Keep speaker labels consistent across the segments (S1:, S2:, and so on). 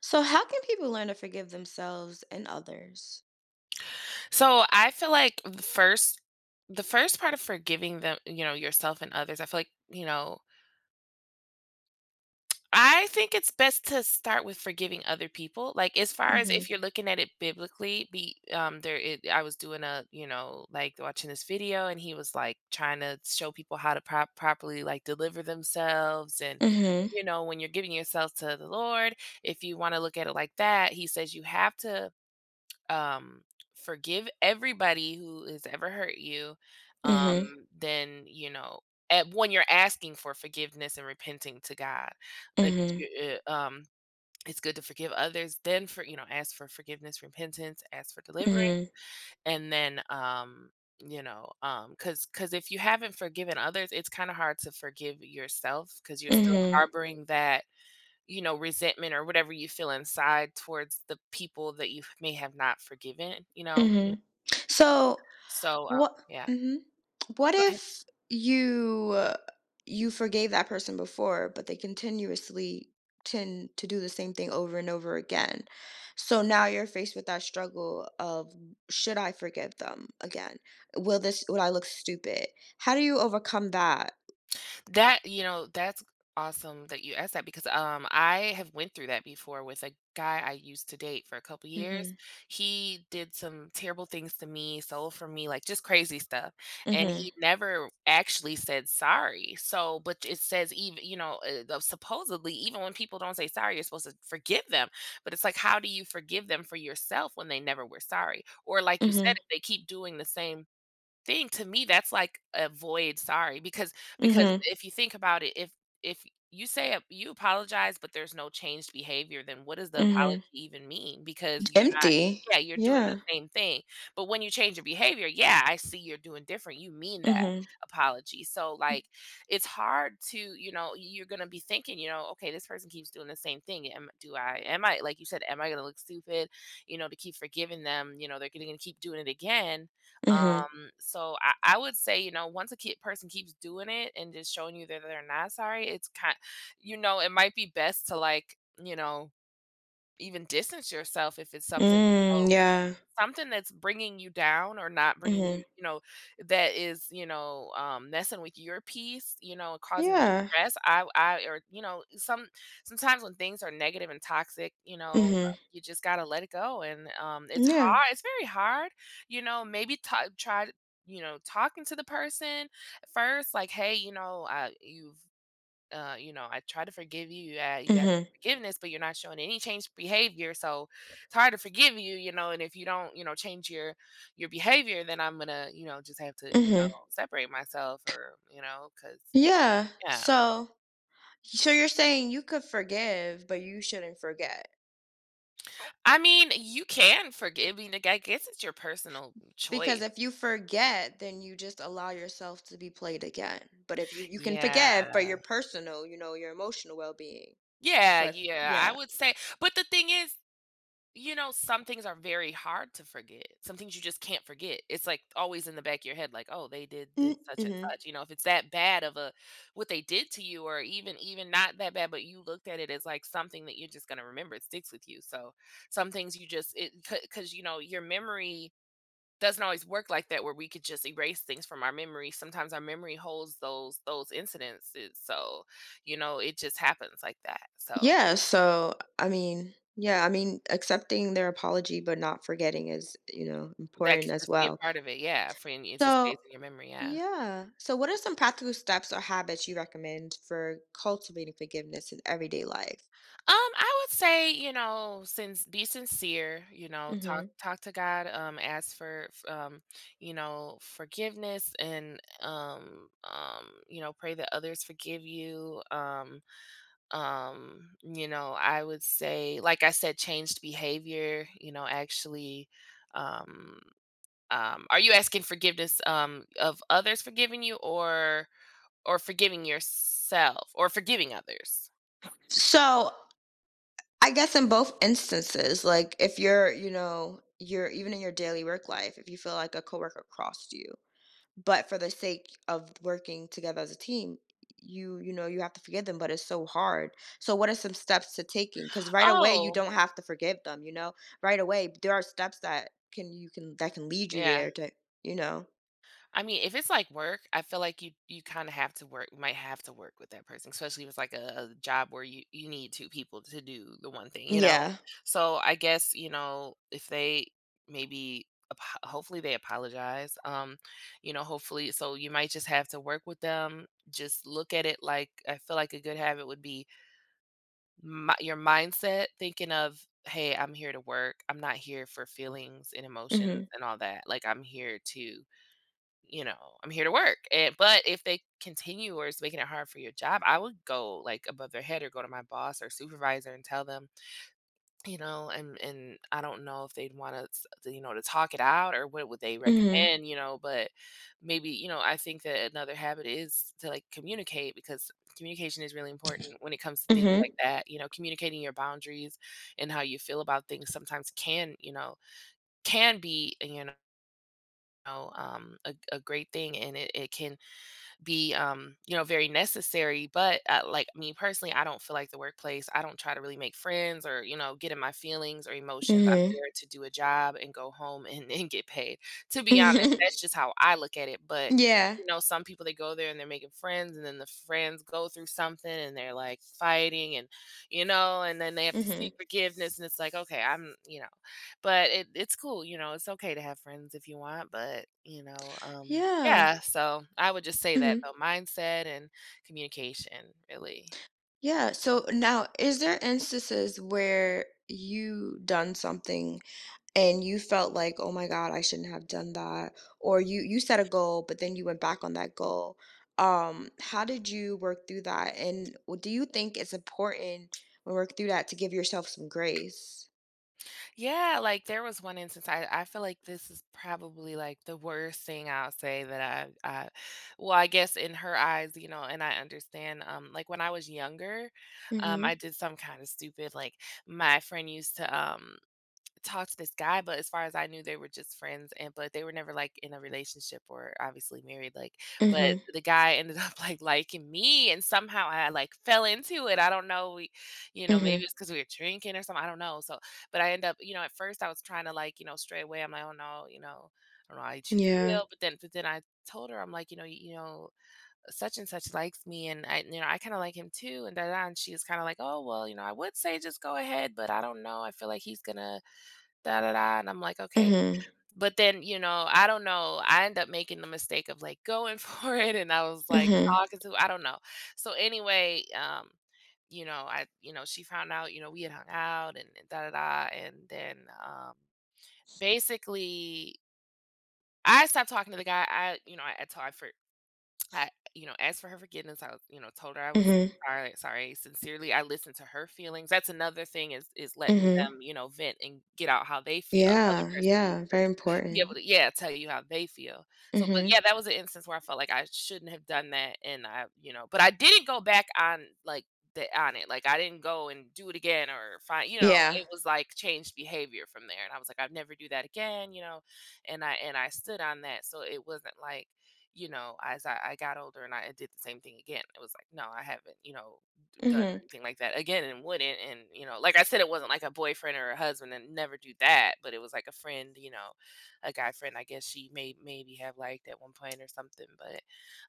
S1: So how can people learn to forgive themselves and others?
S2: So I feel like the first part of forgiving them, yourself and others, I feel like, I think it's best to start with forgiving other people. Like as far as if
S1: Mhm.
S2: you're looking at it biblically, I was doing a, like watching this video and he was like trying to show people how to properly like deliver themselves. And
S1: Mhm.
S2: when you're giving yourself to the Lord, if you want to look at it like that, he says you have to um, forgive everybody who has ever hurt you, um,
S1: Mhm.
S2: then, at when you're asking for forgiveness and repenting to God, if
S1: Mhm.
S2: you, it's good to forgive others, then for, ask for forgiveness, repentance, ask for deliverance,
S1: Mhm.
S2: and then, cause, cause if you haven't forgiven others, it's kind of hard to forgive yourself because you're still
S1: Mhm.
S2: harboring that, resentment or whatever you feel inside towards the people that you may have not forgiven, you know?
S1: Mhm. So
S2: So,
S1: what,
S2: yeah,
S1: mhm. What
S2: go ahead.
S1: if you you forgave that person before, but they continuously tend to do the same thing over and over again? So now you're faced with that struggle of, should I forgive them again? Will I look stupid? How do you overcome that?
S2: That's awesome that you asked that because, I have went through that before with a guy I used to date for a couple years.
S1: Mhm.
S2: He did some terrible things to me, stole from me, like, just crazy stuff, and
S1: Mhm.
S2: he never actually said sorry. So but it says even, you know, the supposedly, even when people don't say sorry, you're supposed to forgive them, but it's like, how do you forgive them for yourself when they never were sorry? Or like you said,
S1: Mhm.
S2: if they keep doing the same thing, to me, that's like a void sorry, because
S1: Mhm.
S2: if you think about it, if you say you apologize, but there's no changed behavior, then what does the apology
S1: Mhm.
S2: even mean? Because you're not,
S1: Empty.
S2: yeah, you're doing the
S1: Yeah.
S2: same thing. But when you change your behavior, yeah, I see you're doing different. You mean that
S1: Mhm.
S2: apology. So like it's hard to, you're gonna be thinking, okay, this person keeps doing the same thing. Am I, like you said, am I gonna look stupid, to keep forgiving them? You know they're gonna keep doing it again.
S1: Mhm.
S2: So I would say, once a kid person keeps doing it and just showing you that they're not sorry, it's kind, it might be best to, like, even distance yourself if it's something.
S1: Mm, yeah,
S2: Something that's bringing you down or not bringing you,
S1: mhm.
S2: that is, messing with your peace, and causing you
S1: Yeah.
S2: stress. I Or, some sometimes when things are negative and toxic,
S1: Mhm.
S2: you just gotta let it go, and, it's
S1: Yeah.
S2: hard, it's very hard. Maybe ta try, talking to the person first, like, "Hey, you've" you know, I try to forgive you. You, you ask for
S1: Mhm.
S2: forgiveness, but you're not showing any changed behavior. So it's hard to forgive you, you know. And if you don't, change your behavior, then I'm gonna, just have to,
S1: Mhm.
S2: separate myself or, you know, because
S1: Yeah.
S2: yeah.
S1: So you're saying you could forgive, but you shouldn't forget.
S2: I mean, you can forgive. I mean, like, I guess it's your personal
S1: Because
S2: choice.
S1: if you forget, then you just allow yourself to be played again. But if you can forgive for
S2: Yeah.
S1: your personal, your emotional well-being.
S2: Yeah,
S1: But
S2: yeah. I
S1: yeah.
S2: would say, but the thing is, you know, some things are very hard to forget. Some things you just can't forget. It's like always in the back of your head, like, oh, they did this such and
S1: Mm-hmm.
S2: such. You know, if it's that bad of a what they did to you, or even not that bad, but you looked at it as like something that you're just gonna remember. It sticks with you. So some things you just it, because you know your memory doesn't always work like that, where we could just erase things from our memory. Sometimes our memory holds those incidences. So it just happens like that. So.
S1: Yeah, so I mean, yeah, I mean, accepting their apology but not forgetting is,
S2: That
S1: important
S2: could
S1: as
S2: just be a
S1: well.
S2: part of it, yeah, for and it just stays
S1: So,
S2: in your memory, yeah.
S1: yeah. So, what are some practical steps or habits you recommend for cultivating forgiveness in everyday life?
S2: I would say, since be sincere, talk
S1: Hmm.
S2: talk to God, ask for f you know, forgiveness, and, pray that others forgive you, I would say, like I said, changed behavior, actually, um are you asking forgiveness, of others forgiving you, or forgiving yourself or forgiving others?
S1: So, I guess in both instances, like if you're, you know, you're even in your daily work life, if you feel like a coworker crossed you. But for the sake of working together as a team, you know, you have to forgive them, but it's so hard. So what are some steps to taking? Because right away you
S2: Oh,
S1: don't have to forgive them, you know? Right away, there are steps that can lead you
S2: yeah.
S1: there to, you know.
S2: I mean, if it's like work, I feel like you kinda have to work might have to work with that person, especially if it's like a job where you need two people to do the one thing, you know?
S1: Yeah.
S2: So, I guess, if they maybe apo hopefully they apologize, you know, hopefully, so you might just have to work with them, just look at it like I feel like a good habit would be mi your mindset thinking of, "Hey, I'm here to work. I'm not here for feelings and emotions
S1: Mhm.
S2: and all that. Like, I'm here to, I'm here to work." And but if they continue or it's making it hard for your job, I would go, like, above their head or go to my boss or supervisor and tell them, and I don't know if they'd want to, to talk it out, or what would they
S1: Mhm.
S2: recommend, you know? But maybe, I think that another habit is to, like, communicate, because communication is really important when it comes to things like
S1: Mhm.
S2: that. You know, communicating your boundaries and how you feel about things sometimes can, can be, a great thing, and it can be, you know, very necessary. But like me personally, I don't feel like the workplace. I don't try to really make friends or, you know, get in my feelings or emotions. I'm
S1: Mhm.
S2: there to do a job and go home and get paid. To be honest,
S1: Mhm.
S2: that's just how I look at it. But
S1: Yeah.
S2: you know, some people, they go there and they're making friends, and then the friends go through something and they're like fighting, and and then they have to
S1: Mhm.
S2: seek forgiveness, and it's like okay, I'm, you know. But it it's cool, you know. It's okay to have friends if you want, but, you know,
S1: Yeah.
S2: yeah, so I would just say that
S1: Mhm.
S2: though, mindset and communication, really.
S1: Yeah. So now, is there instances where you done something and you felt like, "Oh my god, I shouldn't have done that," or you set a goal, but then you went back on that goal. How did you work through that? And w- do you think it's important when work through that to give yourself some grace?
S2: Yeah, like, there was one instance, I feel like this is probably, like, the worst thing I'll say that I well, I guess in her eyes, and I understand, like, when I was younger, I
S1: Mhm.
S2: did some kinda stupid, like, my friend used to, talked to this guy, but as far as I knew, they were just friends and but they were never, like, in a relationship or obviously married, like but
S1: Mhm.
S2: the guy ended up, like, liking me, and somehow I, like, fell into it. I don't know, we, maybe
S1: Mhm.
S2: it's because we were drinking or something, I don't know, so but I end up, you know, at first, I was trying to, like, straight away. I'm like, "Oh, no," you know, "I don't know how she
S1: Yeah.
S2: feel," but then I told her, I'm like, "Such and such likes me, and I, you know, I kinda like him too, and da da," da. And she was kinda like, "Oh, well, you know, I would say just go ahead, but I don't know. I feel like he's gonna" da da da, and I'm like, "Okay."
S1: Mhm.
S2: But then, I don't know, I end up making the mistake of, like, going for it, and I was, like,
S1: Mhm.
S2: talking to I don't know. So, anyway, I you know, she found out, you know, we had hung out, and da da da, and then, basically, I stopped talking to the guy, I you know, I told I for I you know, asked for her forgiveness. I, told her I was
S1: Mhm.
S2: sorry, sorry. Sincerely, I listened to her feelings. That's another thing, is letting
S1: Mhm.
S2: them, vent and get out how they feel. The other
S1: Yeah.
S2: person needs
S1: Yeah.
S2: to
S1: Very
S2: be able
S1: important.
S2: to, yeah, tell you how they feel. So, but
S1: Mhm.
S2: yeah, that was an instance where I felt like I shouldn't have done that, and I, but I didn't go back on like the on it. Like I didn't go and do it again or find,
S1: Yeah.
S2: it was like changed behavior from there. And I was like, I'd never do that again, and I stood on that. So it wasn't like, as I got older and I did the same thing again, it was like, no, I haven't, done
S1: Mhm.
S2: anything like that again and wouldn't. And, you know, like I said, it wasn't like a boyfriend or a husband and never do that, but it was like a friend, you know, a guy friend, I guess she maybe have liked at one point or something. But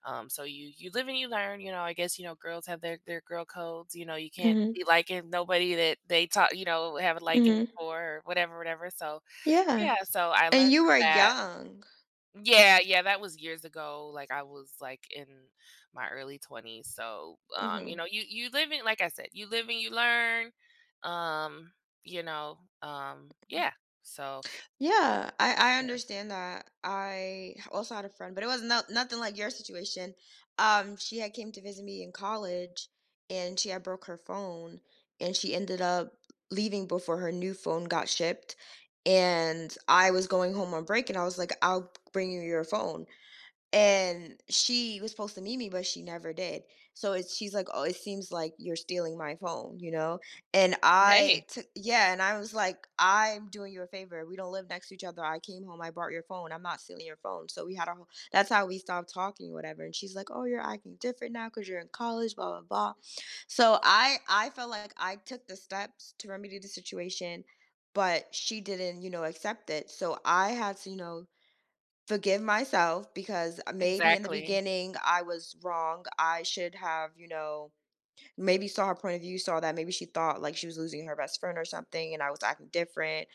S2: you live and you learn, you know, I guess, you know, girls have their girl codes, you know, you can't
S1: Mhm.
S2: be liking nobody that they talk, you know, have a liking
S1: Mhm.
S2: for or whatever, whatever. So
S1: Yeah.
S2: yeah, so I
S1: And
S2: learned
S1: you
S2: from
S1: were
S2: that.
S1: young.
S2: Yeah, yeah, that was years ago. Like I was like in my early 20s. So, you
S1: Mhm.
S2: know, you live in, like I said, you live and you learn. Um, yeah. So,
S1: Yeah, I
S2: yeah.
S1: understand that. I h- also had a friend, but it was not nothing like your situation. She had came to visit me in college, and she had broke her phone, and she ended up leaving before her new phone got shipped. And I was going home on break, and I was like, "I'll bring you your phone." And she was supposed to meet me, but she never did. So it's she's like, "Oh, it seems like you're stealing my phone," you know? And I
S2: Hey,
S1: took, yeah, and I was like, "I'm doing you a favor. We don't live next to each other. I came home, I brought your phone. I'm not stealing your phone." So we had a whole that's how we stopped talking, whatever. And she's like, "Oh, you're acting different now because you're in college, blah blah blah." So I felt like I took the steps to remedy the situation, but she didn't, you know, accept it. So I had to, you know, forgive myself because maybe in the
S2: exactly.
S1: beginning I was wrong. I should have, you know, maybe saw her point of view, saw that maybe she thought like she was losing her best friend or something and I was acting different.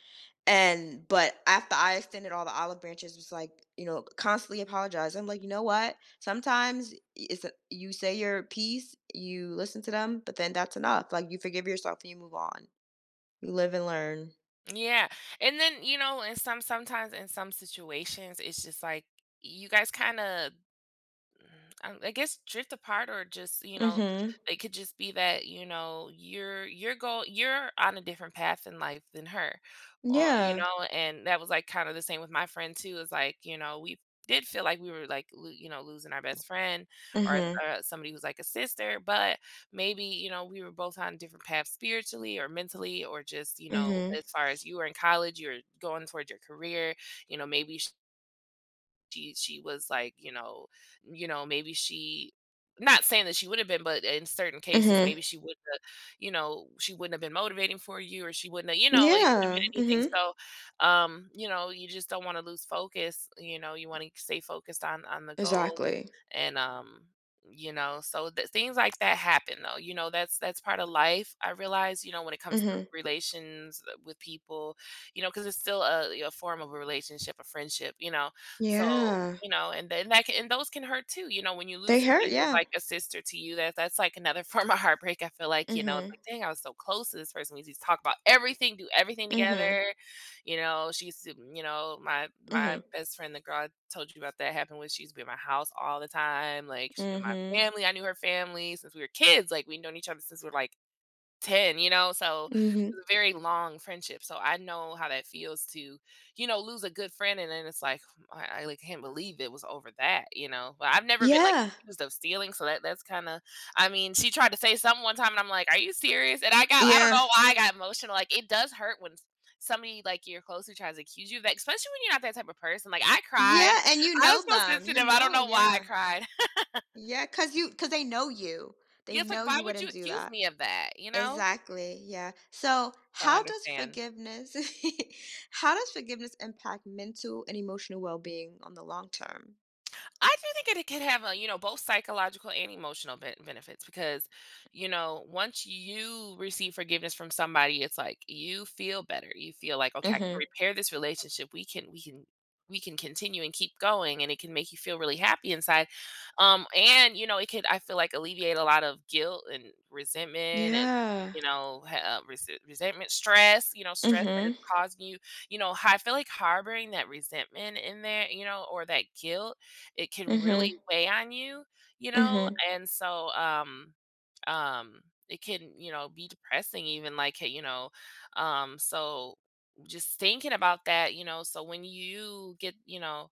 S1: And but after I extended all the olive branches, was like, you know, constantly apologize. I'm like, you know what? Sometimes it's you say your piece, you listen to them, but then that's enough. Like you forgive yourself and you move on. You live and learn.
S2: Yeah. And then, you know, in some sometimes in some situations it's just like you guys kind of, I guess, drift apart or just, you know,
S1: Mhm.
S2: it could just be that, you know, you're on a different path in life than her. Or, you
S1: Yeah.
S2: know, and that was like kind of the same with my friend too. Is like, you know, we did feel like we were like, you know, losing our best friend or
S1: Mhm.
S2: somebody who's like a sister, but maybe, you know, we were both on different paths spiritually or mentally or just, you know,
S1: Mhm.
S2: as far as you were in college, you were going towards your career, you know, maybe she was like, you know, you know, maybe she not saying that she would have been, but in certain cases,
S1: Mhm.
S2: maybe she wouldn't have, you know, she wouldn't have been motivating for you or she wouldn't have, you know, it could have
S1: Yeah.
S2: been anything.
S1: Mhm.
S2: So, you know, you just don't want to lose focus. You know, you want to stay focused on the goal.
S1: Exactly.
S2: And you know, so that things like that happen though. You know, that's part of life. I realize, you know, when it comes to
S1: Mhm.
S2: relations with people, you know, because it's still a form of a relationship, a friendship, you know, so,
S1: Yeah.
S2: you know, and then that can and those can hurt too, you know, when you
S1: They
S2: lose somebody
S1: hurt,
S2: who is
S1: yeah.
S2: like a sister to you, that that's like another form of heartbreak. I feel like, you know, it's
S1: Mhm.
S2: like, dang, I was so close to this person. We used to talk about everything, do everything
S1: Mhm.
S2: together. You know, she used to, you know, my
S1: Mhm.
S2: best friend, the girl I told you about that happened with, she used to be at my house all the time. Like she knew my
S1: Mhm.
S2: family. I knew her family since we were kids. Like we known each other since we were like 10, you know? So,
S1: Mhm.
S2: it's a very long friendship, so I know how that feels to, you know, lose a good friend, and then it's like, like, can't believe it was over that," you know? But I've never been, like,
S1: Yeah.
S2: accused of stealing, so that's kinda, I mean, she tried to say something one time, and I'm like, "Are you serious?" And I don't
S1: Yeah.
S2: know why I got emotional, like, it does hurt when somebody, like, you're close who tries to accuse you of that, especially when you're not that type of person, like, I cried.
S1: Yeah, and you
S2: I was
S1: know
S2: so
S1: them. You
S2: sensitive, I don't
S1: know,
S2: know why I
S1: yeah.
S2: cried.
S1: Yeah, cause you, cause they know you. They
S2: Yes, like,
S1: know
S2: "Why
S1: you
S2: would you
S1: wouldn't do
S2: accuse
S1: that.
S2: me of that?" You know?
S1: Exactly, yeah. So,
S2: So I
S1: how does
S2: understand.
S1: forgiveness how does forgiveness impact mental and emotional well-being on the long term?
S2: I do think it could have a, you know, both psychological and emotional benefits because, you know, once you receive forgiveness from somebody, it's like you feel better. You feel like, okay, I can
S1: Mhm.
S2: repair this relationship. We can continue and keep going, and it can make you feel really happy inside. And you know, it could, I feel like, alleviate a lot of guilt and resentment and
S1: Yeah.
S2: you know, resentment stress, stress that is
S1: Mhm.
S2: causing you, you know, I feel like harboring that resentment in there, you know, or that guilt, it can really
S1: Mhm.
S2: weigh on you, you know,
S1: Mhm.
S2: and so, um, it can, you know, be depressing even, like, hey, you know, um, so just thinking about that, you know, so when you get, you know,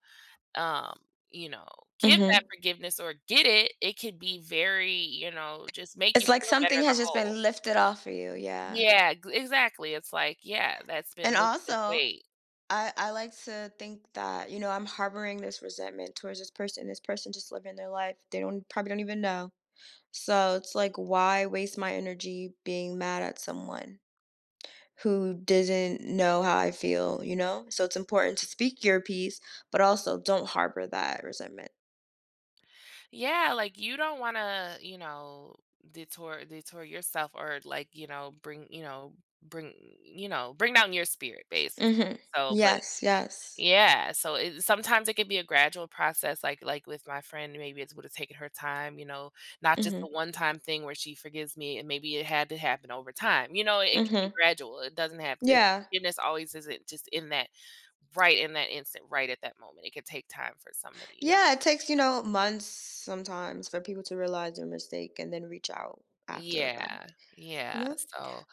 S2: um, you know, give
S1: Mhm.
S2: that forgiveness or get it, it can be very, you know, just make you
S1: It's like
S2: feel better
S1: something
S2: as a
S1: has just
S2: whole.
S1: been lifted off of you, yeah.
S2: Yeah, g exactly. It's like, yeah, that's
S1: And
S2: been lifted
S1: also,
S2: weight.
S1: I like to think that, you know, I'm harboring this resentment towards this person. This person just living their life. They don't probably don't even know. So it's like, why waste my energy being mad at someone who doesn't know how I feel, you know? So it's important to speak your piece, but also don't harbor that resentment.
S2: Yeah, like you don't want to, you know, detour yourself or like, you know, bring, you know, bring down your spirit basically.
S1: Mhm.
S2: So, but
S1: Yes, yes.
S2: yeah, so it, sometimes it can be a gradual process. Like with my friend, maybe it would have taken her time, you know, not just a
S1: Mhm.
S2: one-time thing where she forgives me, and maybe it had to happen over time. You know, it can be
S1: Mhm.
S2: gradual. It doesn't have to, it,
S1: Yeah.
S2: forgiveness always isn't just in that, right in that instant, right at that moment. It could take time for somebody, you know.
S1: Yeah, it takes, you know, months sometimes for people to realize their mistake and then reach out after the
S2: Yeah,
S1: fact, you
S2: yeah,
S1: know?
S2: so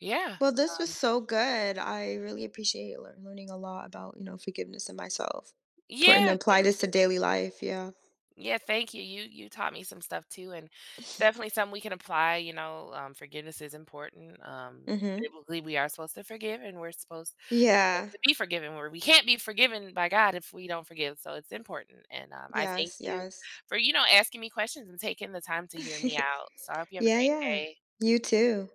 S2: yeah,
S1: Well, this was so good. I really appreciate lear- learning a lot about, you know, forgiveness and myself. Important to
S2: yeah,
S1: apply
S2: thank
S1: this to daily life. Yeah.
S2: yeah, thank you, you taught me some stuff too, and it's definitely something we can apply, you know, forgiveness is important,
S1: Mm-hmm.
S2: biblically, we are supposed to forgive, and we're supposed, you know,
S1: Yeah.
S2: to be forgiven, where we can't be forgiven by God if we don't forgive, so it's important, and, I thank
S1: Yes.
S2: you
S1: Yes.
S2: for, you know, asking me questions and taking the time to hear me out, so I hope you have a
S1: Yeah.
S2: great
S1: Yeah.
S2: day.
S1: You too.